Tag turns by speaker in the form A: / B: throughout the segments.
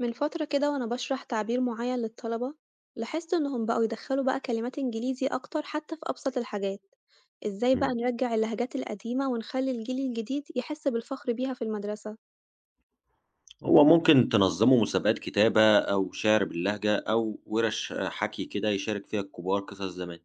A: من فترة كده وأنا بشرح تعبير معين للطلبة، لاحظت إنهم بقوا يدخلوا بقى كلمات إنجليزي أكتر حتى في أبسط الحاجات، إزاي بقى
B: إمم.
A: نرجع اللهجات القديمة ونخلي الجيل الجديد يحس بالفخر بيها في المدرسة؟
B: هو ممكن تنظّموا مسابقات كتابة أو شِعر باللهجة أو وِرَش حَكي كده يشارك فيها الكبار قصص زمان.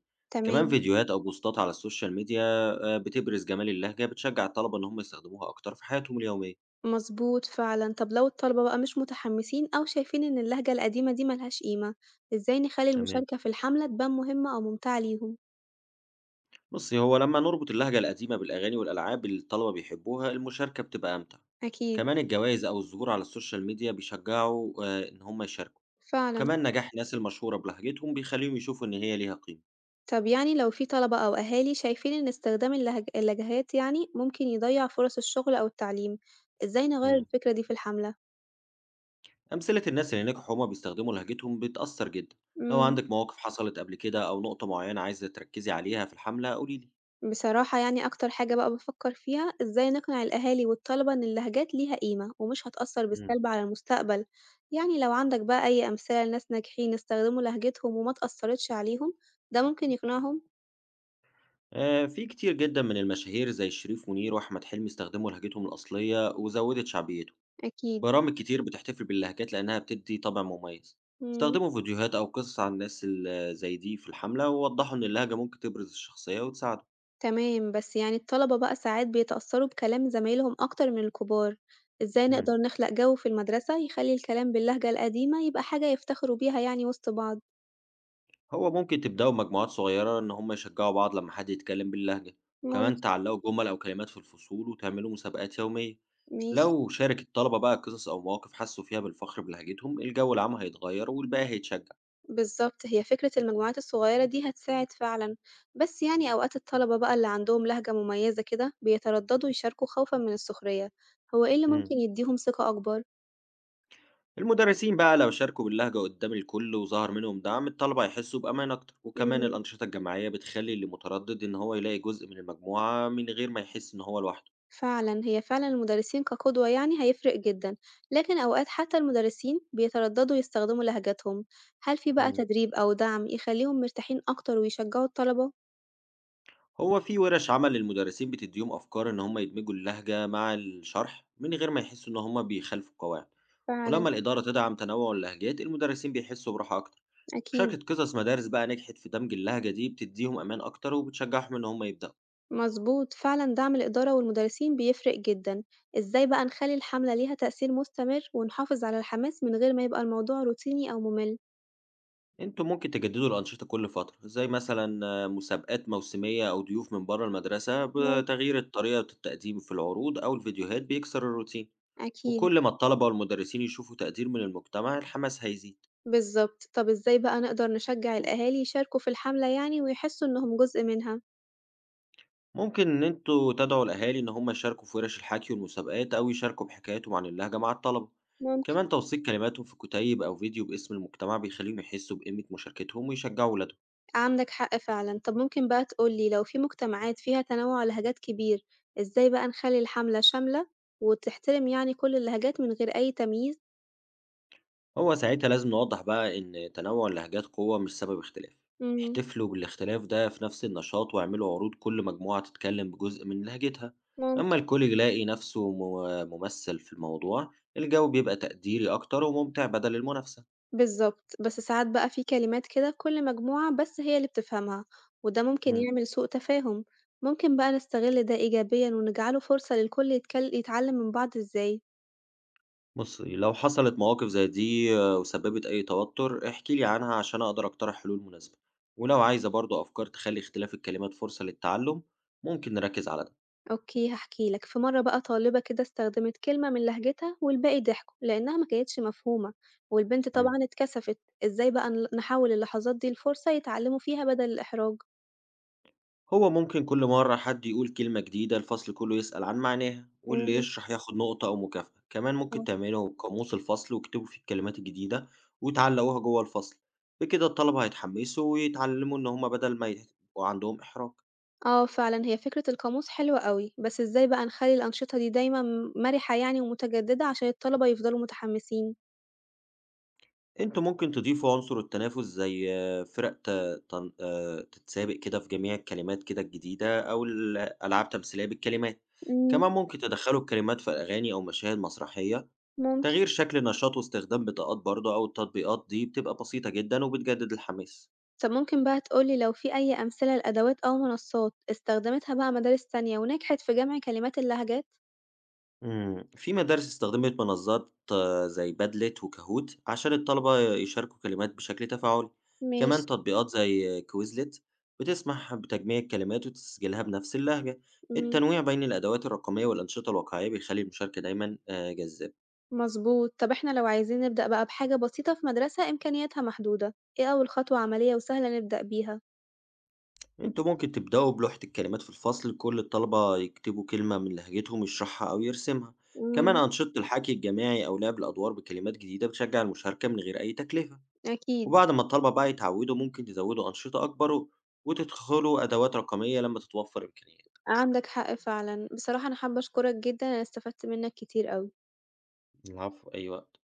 B: كمان
A: تمام.
B: فيديوهات أو بوستات على السوشيال ميديا بتبرز جمال اللهجة، بتشجّع الطلبة إن هم يستخدموها أكتر في حياتهم اليومية.
A: مظبوط فعلا. طب لو الطلبة بقى مش متحمسين أو شايفين إن اللهجة القديمة دي ملهاش قيمة، إزاي نخلي
B: تمام.
A: المشاركة في الحملة تبان مهمة أو ممتعة ليهم؟
B: بُصّي، هو لمّا نربط اللهجة القديمة بالأغاني والألعاب اللي الطلبة بيحبوها، المشاركة بتبقى أمتع.
A: أكيد.
B: كمان الجوايز أو الظهور على السوشيال ميديا بيشجّعوا إن هم يشاركوا.
A: فعلا.
B: كمان نجاح الناس المشهورة بلهجتهم بيخلّيهم يشوفوا إن هي ليها قيمة.
A: طب يعني لو في طلبة أو أهالي شايفين إن استخدام اللهجات يعني ممكن يضيّع فرص الشغل أو التعليم، إزاي نغيّر
B: إمم.
A: الفكرة دي في الحملة؟
B: أمثلة الناس اللي نجحوا هما بيستخدموا لهجتهم بتأثر جدا. لو
A: إمم،
B: عندك مواقف حصلت قبل كده أو نقطة معينة عايزة تركزي عليها في الحملة قوليلي.
A: بصراحة يعني أكتر حاجة بقى بافكّر فيها إزاي نقنع الأهالي والطلبة إن اللهجات ليها قيمة ومش هتأثّر
B: مم.
A: بالسلب على المستقبل، يعني لو عندك بقى أي أمثلة لناس ناجحين استخدموا لهجتهم وما اتأثّرتش عليهم، ده ممكن يقنعهم؟
B: آه، في كتير جدا من المشاهير زي شريف منير وأحمد حلمي استخدموا لهجتهم الأصلية وزودت شعبيتهم.
A: أكيد،
B: برامج كتير بتحتفل باللهجات لأنها بتدي طابع مميز.
A: إمم.
B: استخدموا فيديوهات أو قصص عن الناس زي دي في الحملة ووضحوا إن اللهجة ممكن تبرز الشخصية وتساعده.
A: تمام، بس يعني الطلبة بقى ساعات بيتأثّروا بكلام زمايلهم أكتر من الكبار، إزاي نقدر
B: مم.
A: نخلق جو في المدرسة يخلّي الكلام باللهجة القديمة يبقى حاجة يفتخروا بيها يعني وسط بعض؟
B: هو ممكن تبدأوا بمجموعات صغيرة إن هم يشجعوا بعض لما حد يتكلم باللهجة، وكمان
A: ممكن،
B: تعلقوا جمل أو كلمات في الفصول وتعملوا مسابقات يومية.
A: ماشي،
B: لو شارك الطلبة بقى قصص أو مواقف حسوا فيها بالفخر بلهجتهم، الجو العام هيتغير والباقي هيتشجع.
A: بالضبط، هي فكرة المجموعات الصغيرة دي هتساعد فعلًا، بس يعني أوقات الطلبة بقى اللي عندهم لهجة مميزة كده بيترددوا يشاركوا خوفًا من السخرية، هو إيه اللي
B: مم.
A: ممكن يديهم ثقة أكبر؟
B: المدرسين بقى لو شاركوا باللهجة قدام الكل وظهر منهم دعم، الطلبة هيحسوا بأمان أكتر، وكمان
A: إمم.
B: الأنشطة الجماعية بتخلي اللي متردد إن هو يلاقي جزء من المجموعة من غير ما يحس إن هو لوحده.
A: فعلًا، هي فعلًا المدرسين كقدوة يعني هيفرق جدًا، لكن أوقات حتى المدرسين بيترددوا يستخدموا لهجتهم، هل في بقى
B: مم.
A: تدريب أو دعم يخليهم مرتاحين أكتر ويشجعوا الطلبة؟
B: هو في ورش عمل للمدرسين بتديهم أفكار إن هم يدمجوا اللهجة مع الشرح من غير ما يحسوا إن هم بيخالفوا القواعد، ولما
A: فعلًا،
B: الإدارة تدعم تنوع اللهجات المدرسين بيحسوا براحة أكتر.
A: أكيد،
B: مشاركة قصص مدارس بقى نجحت في دمج اللهجة دي بتديهم أمان أكتر وبتشجعهم إن هم يبدأوا.
A: مظبوط، فعلًا دعم الإدارة والمدرسين بيفرق جدًا، إزاي بقى نخلي الحملة ليها تأثير مستمر ونحافظ على الحماس من غير ما يبقى الموضوع روتيني أو ممل؟
B: أنتوا ممكن تجددوا الأنشطة كل فترة زي مثلا مسابقات موسمية أو ضيوف من بره المدرسة،
A: مم،
B: بتغيير الطريقة التقديم في العروض أو الفيديوهات بيكسر الروتين.
A: أكيد،
B: وكل ما الطلبة والمدرسين يشوفوا تقدير من المجتمع الحماس هيزيد.
A: بالضبط، طب إزاي بقى نقدر نشجع الأهالي يشاركوا في الحملة يعني ويحسوا إنهم جزء منها؟
B: ممكن إن أنتوا تدعوا الأهالي إن هم يشاركوا في ورش الحكي والمسابقات أو يشاركوا بحكاياتهم عن اللهجة مع الطلبة،
A: ممكن.
B: كمان توثيق كلماتهم في كتيب أو فيديو باسم المجتمع بيخليهم يحسوا بقيمة مشاركتهم ويشجعوا ولادهم.
A: عندك حق فعلًا، طب ممكن بقى تقول لي لو في مجتمعات فيها تنوع لهجات كبير، إزاي بقى نخلّي الحملة شاملة وتحترم يعني كل اللهجات من غير أي تمييز؟
B: هو ساعتها لازم نوضح بقى إن تنوع اللهجات قوة مش سبب اختلاف،
A: إمم،
B: احتفلوا بالاختلاف ده في نفس النشاط واعملوا عروض كل مجموعة تتكلم بجزء من لهجتها. أما
A: ممكن،
B: الكل يلاقي نفسه ممثل في الموضوع، الجو بيبقى تقديري أكتر وممتع بدل المنافسة.
A: بالضبط، بس ساعات بقى في كلمات كده كل مجموعة بس هي اللي بتفهمها، وده ممكن
B: مم.
A: يعمل سوء تفاهم، ممكن بقى نستغل ده إيجابيًا ونجعله فرصة للكل يتعلم من بعض إزاي؟
B: بُصّي، لو حصلت مواقف زي دي وسببت أي توتر، احكي لي عنها عشان أقدر أقترح حلول مناسبة، ولو عايزة برضه أفكار تخلّي اختلاف الكلمات فرصة للتعلم، ممكن نركّز على ده.
A: أوكي هحكي لك في مرة بقى طالبة كده استخدمت كلمة من لهجتها والباقي ضحكوا لأنها ما كانتش مفهومة والبنت طبعا
B: إمم.
A: اتكسفت. إزاي بقى نحول اللحظات دي لفرصة يتعلموا فيها بدل الإحراج؟
B: هو ممكن كل مرة حد يقول كلمة جديدة الفصل كله يسأل عن معناها، واللي
A: امم.
B: يشرح ياخد نقطة أو مكافأة. كمان ممكن
A: صح.
B: تعملوا قاموس الفصل واكتبوا فيه الكلمات الجديدة وتعلقوها جوه الفصل، بكده الطلبة هيتحمسوا ويتعلموا إن هم بدل ما يبقوا عندهم إحراج.
A: اه فعلا، هي فكرة القاموس حلوة قوي، بس إزاي بقى نخلي الأنشطة دي دايما مرحة يعني ومتجددة عشان الطلبة يفضلوا متحمسين؟
B: أنتم ممكن تضيفوا عنصر التنافس زي فرق ت تن تتسابق كده في جميع الكلمات كده الجديدة أو ألعاب تمثيلية بالكلمات،
A: مم،
B: كمان ممكن تدخّلوا الكلمات في أغاني أو مشاهد مسرحية،
A: ممكن.
B: تغيير شكل النشاط واستخدام بطاقات برضه أو التطبيقات دي بتبقى بسيطة جدًا وبتجدد الحماس.
A: طب ممكن بقى تقولي لو في أي أمثلة لأدوات أو منصات استخدمتها بقى مدارس تانية ونجحت في جمع كلمات اللهجات؟
B: إمم، في مدارس استخدمت منصات زي padlet وكاهوت عشان الطلبة يشاركوا كلمات بشكل تفاعلي، كمان
A: ماشي.
B: تطبيقات زي quizlet بتسمح بتجميع الكلمات وتسجيلها بنفس اللهجة.
A: مم.
B: التنويع بين الأدوات الرقمية والأنشطة الواقعية بيخلي المشاركة دايمًا جذابة.
A: مظبوط، طب إحنا لو عايزين نبدأ بقى بحاجة بسيطة في مدرسة إمكانياتها محدودة، إيه أول خطوة عملية وسهلة نبدأ بيها؟
B: أنتم ممكن تبدأوا بلوحة الكلمات في الفصل كل الطلبة يكتبوا كلمة من لهجتهم يشرحها أو يرسمها، كمان
A: إمم،
B: أنشطة الحكي الجماعي أو لعب الأدوار بكلمات جديدة بتشجع المشاركة من غير أي تكلفة.
A: أكيد،
B: وبعد ما الطلبة بقى يتعودوا ممكن تزودوا أنشطة أكبر وتدخلوا أدوات رقمية لما تتوفر إمكانيات.
A: عندك حق فعلًا، بصراحة أنا حابة أشكرك جدًا، أنا استفدت منك كتير أوي.
B: العفو، أي وقت.